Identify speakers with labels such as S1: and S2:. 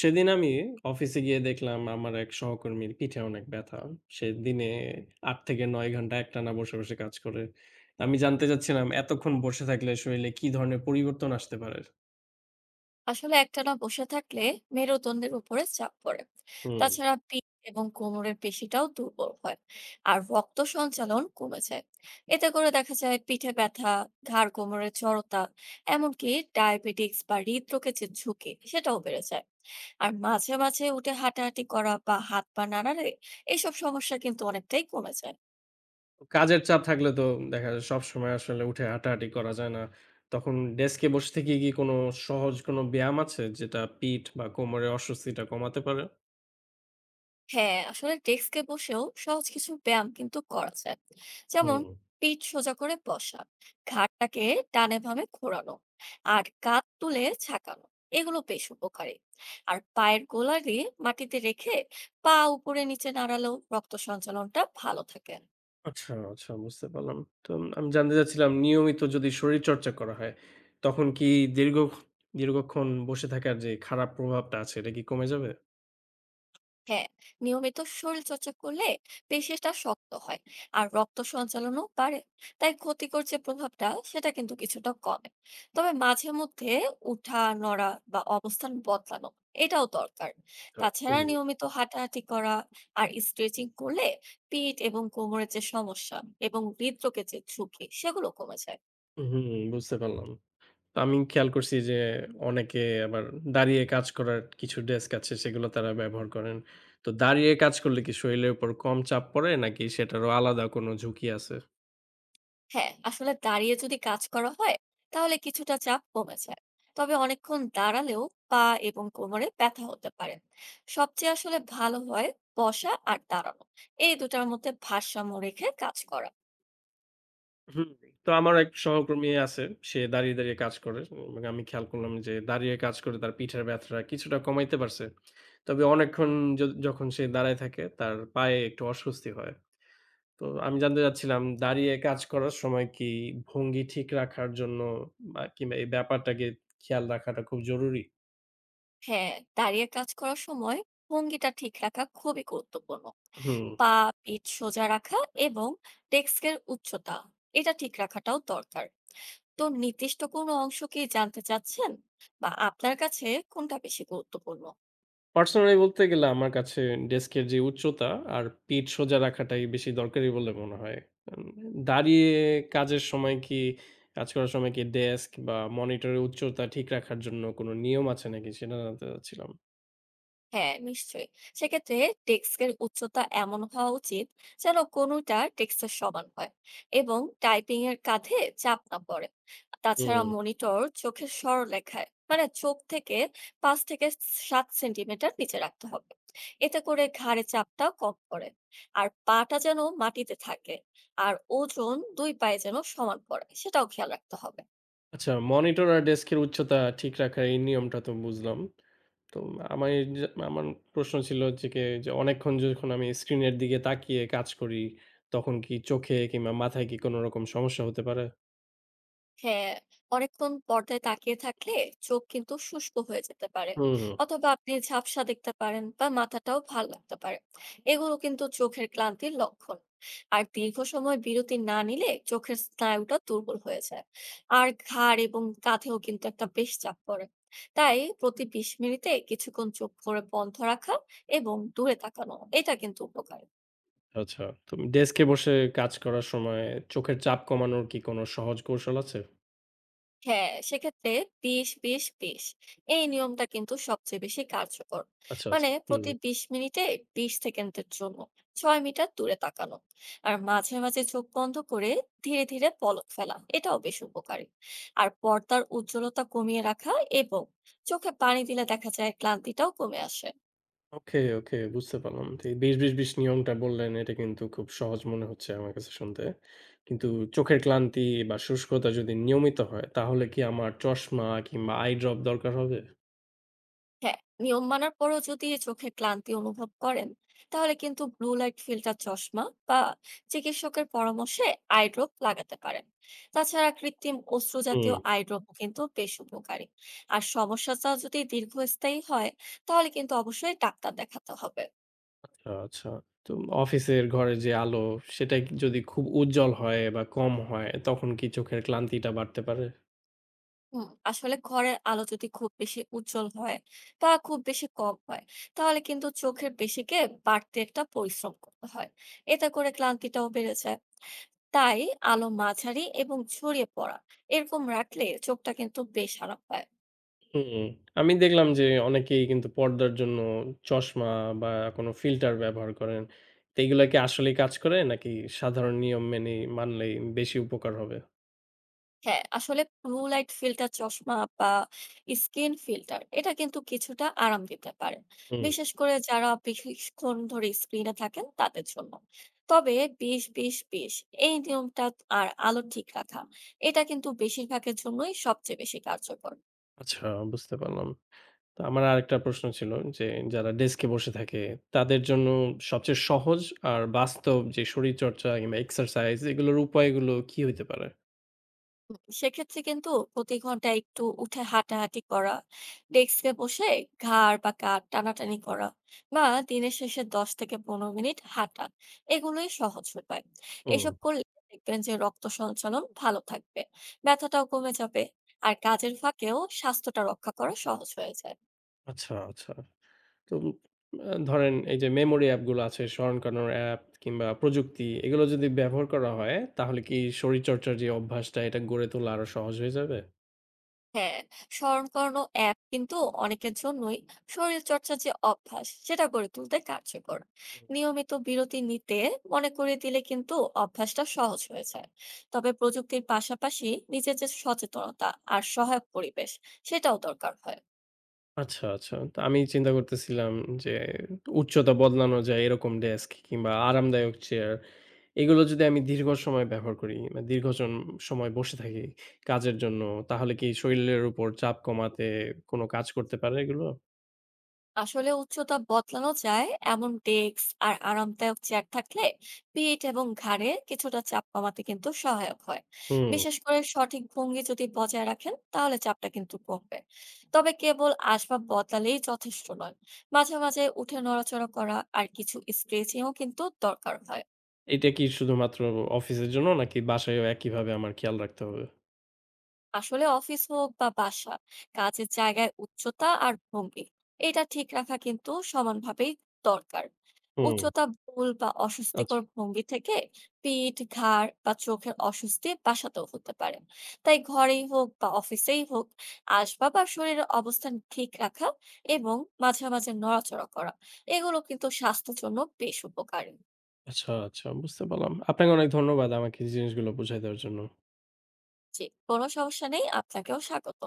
S1: সেদিন আমি অফিসে গিয়ে দেখলাম আমার এক সহকর্মীর পিঠে অনেক ব্যথা। সে দিনে ৮ থেকে ৯ ঘন্টা একটানা বসে কাজ করে। আমি জানতে চাচ্ছিলাম এতক্ষণ বসে থাকলে শরীরে কি ধরনের পরিবর্তন আসতে পারে?
S2: আসলে একটানা বসে থাকলে মেরুদণ্ডের উপরে চাপ পড়ে।
S1: হুম।
S2: তাছাড়া পিঠ এবং কোমরের পেশিটাও দুর্বল হয়, আর রক্ত সঞ্চালন কমে যায়। এতে করে দেখা যায় পিঠে ব্যথা, ঘাড় কোমরের জড়তা, এমনকি ডায়াবেটিক্স বা হৃদরোগের যে ঝুঁকি সেটাও বেড়ে যায়। আর মাঝে মাঝে উঠে হাঁটাহাঁটি করা বা হাত পা নাড়ালে এইসব সমস্যা কিন্তু অনেকটাই কমে যায়।
S1: কাজের চাপ থাকলে তো দেখা যায় সবসময় আসলে উঠে হাঁটাহাঁটি করা যায় না। তখন ডেস্কে বসে থেকে কি কোনো সহজ কোনো ব্যায়াম আছে যেটা পিঠ বা কোমরের অস্বস্তিটা কমাতে পারে?
S2: হ্যাঁ, আসলে ডেস্কে বসেও সহজ কিছু ব্যায়াম কিন্তু করা যায়। যেমন
S1: হুম।
S2: পিঠ সোজা করে বসা, ঘাড়টাকে ডানে বামে ঘোরানো, আর কাঁধ তুলে ঝাঁকানো, এগুলো বেশ উপকারী। আর পায়ের গোড়ালি মাটিতে রেখে পা উপরে নিচে নাড়ালেও রক্ত সঞ্চালনটা ভালো থাকে।
S1: আচ্ছা, আচ্ছা, বুঝতে পারলাম। তো আমি জানতে চাচ্ছিলাম নিয়মিত যদি শরীরচর্চা করা হয়, তখন কি দীর্ঘ দীর্ঘক্ষণ বসে থাকার যে খারাপ প্রভাবটা আছে এটা কি কমে যাবে?
S2: হ্যাঁ, নিয়মিত শরীর চর্চা করলে পেশিটা শক্ত হয়, আর রক্ত সঞ্চালনও বাড়ে। তাই ক্ষতিকর যে প্রভাবটা সেটা কিন্তু কিছুটা কমে। তবে মাঝে মধ্যে উঠা নড়া বা অবস্থান বদলানো, এটাও দরকার।
S1: আচ্ছা।
S2: তাছাড়া নিয়মিত হাঁটাহাঁটি করা আর স্ট্রেচিং করলে পিঠ এবং কোমরের যে সমস্যা এবং হৃদরোগের যে ঝুঁকি সেগুলো কমে যায়।
S1: হুম, হুম, বুঝতে পারলাম। তো আমি খেয়াল করছি যে অনেকে আবার দাঁড়িয়ে কাজ করার কিছু ডেস্ক আছে সেগুলো তারা ব্যবহার করেন। তো দাঁড়িয়ে কাজ করলে কি শরীরের উপর কম চাপ পড়ে নাকি সেটারও আলাদা কোনো ঝুঁকি আছে?
S2: হ্যাঁ, আসলে দাঁড়িয়ে যদি কাজ করা হয় তাহলে কিছুটা চাপ কমে যায়। তবে অনেকক্ষণ দাঁড়ালেও পা এবং কোমরে ব্যথা হতে পারে। সবচেয়ে আসলে ভালো হয় বসা আর দাঁড়ানো এই দুটার মধ্যে ভারসাম্য রেখে কাজ করা।
S1: হুম। তো আমার এক সহকর্মী আছে। সে দাঁড়িয়ে কাজ করে। মানে আমি খেয়াল করলাম যে দাঁড়িয়ে কাজ করে তার পিঠের ব্যথাটা কিছুটা কমাইতে পারছে। তবে অনেকক্ষণ য যখন সে দাঁড়ায় থাকে তার পায়ে একটু অস্বস্তি হয়। তো আমি জানতে চাচ্ছিলাম দাঁড়িয়ে কাজ করার সময় কি ভঙ্গি ঠিক রাখার জন্য বা কিংবা এই ব্যাপারটাকে খেয়াল রাখাটা খুব জরুরি?
S2: হ্যাঁ, দাঁড়িয়ে কাজ করার সময় ভঙ্গিটা ঠিক রাখা খুবই গুরুত্বপূর্ণ।
S1: হুম।
S2: পা, পিঠ সোজা রাখা এবং ডেস্কের উচ্চতা, এটা ঠিক রাখাটাও দরকার। তো নির্দিষ্ট কোনো অংশ কি জানতে চাচ্ছেন, বা আপনার কাছে কোনটা বেশি গুরুত্বপূর্ণ?
S1: পার্সোনালি বলতে গেলে আমার কাছে ডেস্কের যে উচ্চতা আর পিঠ সোজা রাখাটাই বেশি দরকারি বলে মনে হয়। উম দাঁড়িয়ে কাজের সময় কি কাজ করার সময় কি ডেস্ক বা মনিটরের উচ্চতা ঠিক রাখার জন্য কোনো নিয়ম আছে নাকি সেটা জানতে চাচ্ছিলাম?
S2: হ্যাঁ, নিশ্চয়ই। সেক্ষেত্রে ডেস্কের উচ্চতা এমন হওয়া উচিত যেন কোনোটা ডেস্কের সমান হয় এবং টাইপিং এর কাঁধে চাপ না পড়ে। তাছাড়া
S1: হুম।
S2: মনিটর চোখের সরলরেখায় মানে চোখ থেকে ৫ থেকে ৭ সেন্টিমিটার নিচে রাখতে হবে। এতে করে ঘাড়ে চাপটা কম পড়ে। আর পাটা যেন মাটিতে থাকে। আর ওজন ২ পায়ে যেন সমান পড়ে সেটাও খেয়াল রাখতে হবে।
S1: আচ্ছা, মনিটর আর ডেস্কের উচ্চতা ঠিক রাখার এই নিয়মটা তো বুঝলাম। তো আমার এই যে আমার প্রশ্ন ছিল হচ্ছে গিয়ে যে অনেকক্ষণ যখন আমি স্ক্রিনের দিকে তাকিয়ে কাজ করি, তখন কি চোখে কিংবা মাথায় কি কোন রকম সমস্যা হতে পারে?
S2: হ্যাঁ, অনেকক্ষণ পর্দায় তাকিয়ে থাকলে চোখ কিন্তু শুষ্ক হয়ে যেতে পারে।
S1: হুম, হুম।
S2: অথবা আপনি ঝাপসা দেখতে পারেন বা মাথাটাও ভার লাগতে পারে। এগুলো কিন্তু চোখের ক্লান্তির লক্ষণ। আর দীর্ঘ সময় বিরতি না নিলে চোখের স্নায়ুটা দুর্বল হয়ে যায়, আর ঘাড় এবং কাঁধেও কিন্তু একটা বেশ চাপ পড়ে। তাই প্রতি ২০ মিনিটে কিছুক্ষণ চোখ করে বন্ধ রাখা এবং দূরে তাকানো, এটা কিন্তু উপকারী।
S1: আচ্ছা। তো ডেস্কে বসে কাজ করার সময় চোখের চাপ কমানোর কি কোনো সহজ কৌশল আছে?
S2: হ্যাঁ, সেক্ষেত্রে ২০-২০-২০ এই নিয়মটা কিন্তু সবচেয়ে বেশি কার্যকর।
S1: আচ্ছা, আচ্ছা।
S2: মানে
S1: হুম।
S2: প্রতি ২০ মিনিটে ২০ সেকেন্ডের জন্য ৬ মিটার দূরে তাকানো, আর মাঝে মাঝে চোখ বন্ধ করে ধীরে ধীরে পলক ফেলা, এটাও বেশ উপকারী। আর পর্দার উজ্জ্বলতা কমিয়ে রাখা এবং চোখে পানি দিলে দেখা যায় ক্লান্তিটাও কমে আসে।
S1: ওকে, ওকে, বুঝতে পারলাম। তো এই ২০-২০-২০ নিয়মটা বললেন, এটা কিন্তু খুব সহজ মনে হচ্ছে আমার কাছে শুনতে। কিন্তু চোখের ক্লান্তি বা শুষ্কতা যদি নিয়মিত হয় তাহলে কি আমার চশমা কিংবা আই ড্রপ দরকার হবে?
S2: হ্যাঁ, নিয়ম মানার পরেও যদি চোখে ক্লান্তি অনুভব করেন, তাহলে কিন্তু ব্লু লাইট ফিল্টার চশমা বা চিকিৎসকের পরামর্শে আই ড্রপ লাগাতে পারেন। তাছাড়া কৃত্রিম অশ্রু
S1: হুম,
S2: জাতীয় আই ড্রপও কিন্তু বেশ উপকারী। আর সমস্যাটা যদি দীর্ঘস্থায়ী হয়, তাহলে কিন্তু অবশ্যই ডাক্তার দেখাতে হবে।
S1: আচ্ছা। তো অফিসের ঘরে যে আলো সেটা কি যদি খুব উজ্জ্বল হয় বা কম হয় তখন কি চোখের ক্লান্তিটা বাড়তে পারে?
S2: হুম, আসলে ঘরের আলো যদি খুব বেশি উজ্জ্বল হয় বা খুব বেশি কম হয়, তাহলে কিন্তু চোখের পেশিকে বাড়তি একটা পরিশ্রম করতে হয়। এতে করে ক্লান্তিটাও বেড়ে যায়। তাই আলো মাঝারি এবং ছড়িয়ে পড়া এরকম রাখলে চোখটা কিন্তু বেশ আরাম পায়।
S1: হুম, আমি দেখলাম যে অনেকেই কিন্তু পর্দার জন্য চশমা বা কোনো ফিল্টার ব্যবহার করেন। তো এগুলা কি আসলেই কাজ করে নাকি সাধারণ নিয়ম মেনেই মানলেই বেশি উপকার হবে?
S2: হ্যাঁ, আসলে ব্লু লাইট ফিল্টার চশমা বা স্কিন ফিল্টার এটা কিন্তু কিছুটা আরাম দিতে পারে,
S1: হুম,
S2: বিশেষ করে যারা বেশিক্ষণ ধরে স্ক্রিনে থাকেন তাদের জন্য। তবে ২০-২০-২০ এই নিয়মটা আর আলো ঠিক রাখা, এটা কিন্তু বেশিরভাগের জন্যই সবচেয়ে বেশি কার্যকর।
S1: আচ্ছা, বুঝতে পারলাম। তো আমার আরেকটা প্রশ্ন ছিল যে যারা ডেস্কে বসে থাকে তাদের জন্য সবচেয়ে সহজ আর বাস্তব যে শরীরচর্চা কিংবা এক্সারসাইজ এগুলোর উপায়গুলো কি হইতে পারে?
S2: সেক্ষেত্রে কিন্তু প্রতি ঘন্টায় একটু উঠে হাঁটাহাঁটি করা, ডেস্কে বসে ঘাড় বা কাঁধ টানাটানি করা, বা দিনের শেষে ১০ থেকে ১৫ মিনিট হাঁটা, এগুলোই সহজ উপায়।
S1: হুম,
S2: এসব করলে দেখবেন যে রক্ত সঞ্চালন ভালো থাকবে, ব্যথাটাও কমে যাবে, আর কাজের ফাঁকেও স্বাস্থ্যটা রক্ষা করা সহজ হয়ে যায়।
S1: আচ্ছা, আচ্ছা। তো ধরেন এই যে মেমোরি অ্যাপগুলো আছে, স্মরণ করানোর অ্যাপ কিংবা প্রযুক্তি এগুলো যদি ব্যবহার করা হয়, তাহলে কি শরীরচর্চার যে অভ্যাসটা এটা গড়ে তোলা আরো সহজ হয়ে যাবে?
S2: হ্যাঁ, স্মরণ করানো অ্যাপ কিন্তু অনেকের জন্যই শরীরচর্চার যে অভ্যাস সেটা গড়ে তুলতে কার্যকর। নিয়মিত বিরতি নিতে মনে করিয়ে দিলে কিন্তু অভ্যাসটা সহজ হয়ে যায়। তবে প্রযুক্তির পাশাপাশি নিজের যে সচেতনতা আর সহায়ক পরিবেশ, সেটাও দরকার হয়।
S1: আচ্ছা, আচ্ছা। তো আমি চিন্তা করতেছিলাম যে উচ্চতা বদলানো যায় এরকম ডেস্ক কিংবা আরামদায়ক চেয়ার এগুলো যদি আমি দীর্ঘ সময় ব্যবহার করি, মানে দীর্ঘ জন সময় বসে থাকি কাজের জন্য তাহলে কি শরীরের উপর চাপ কমাতে কোনো কাজ করতে পারে এগুলো?
S2: আসলে উচ্চতা বদলানো যায় এমন ডেস্ক আর আরামদায়ক চেয়ার থাকলে পিঠ এবং ঘাড়ে কিছুটা চাপ কমাতে কিন্তু সহায়ক হয়।
S1: হুম।
S2: বিশেষ করে সঠিক ভঙ্গি যদি বজায় রাখেন তাহলে চাপটা কিন্তু কমবে। তবে কেবল আসবাব বদলালেই যথেষ্ট নয়, মাঝে মাঝে উঠে নড়াচড়া করা আর কিছু স্ট্রেচিংও কিন্তু দরকার হয়।
S1: এইটা কি শুধুমাত্র অফিসের জন্য নাকি বাসায়ও একইভাবে আমার খেয়াল রাখতে হবে?
S2: আসলে অফিস হোক বা বাসা, কাজের জায়গায় উচ্চতা আর ভঙ্গি এটা ঠিক রাখা কিন্তু সমানভাবেই দরকার।
S1: হুম।
S2: উচ্চতা ভুল বা
S1: আচ্ছা,
S2: অস্বস্তিকর ভঙ্গি থেকে পিঠ, ঘাড় বা চোখের অস্বস্তি বাসাতেও হতে পারে। তাই ঘরেই হোক বা অফিসেই হোক আসবাব আর শরীরের অবস্থান ঠিক রাখা এবং মাঝে মাঝে নড়াচড়া করা, এগুলো কিন্তু স্বাস্থ্যের জন্য বেশ উপকারী।
S1: আচ্ছা, আচ্ছা, বুঝতে পারলাম। আপনাকে অনেক ধন্যবাদ আমাকে এই জিনিসগুলো বুঝায় দেওয়ার জন্য।
S2: যে কোনো সমস্যা নেই, আপনাকেও স্বাগত।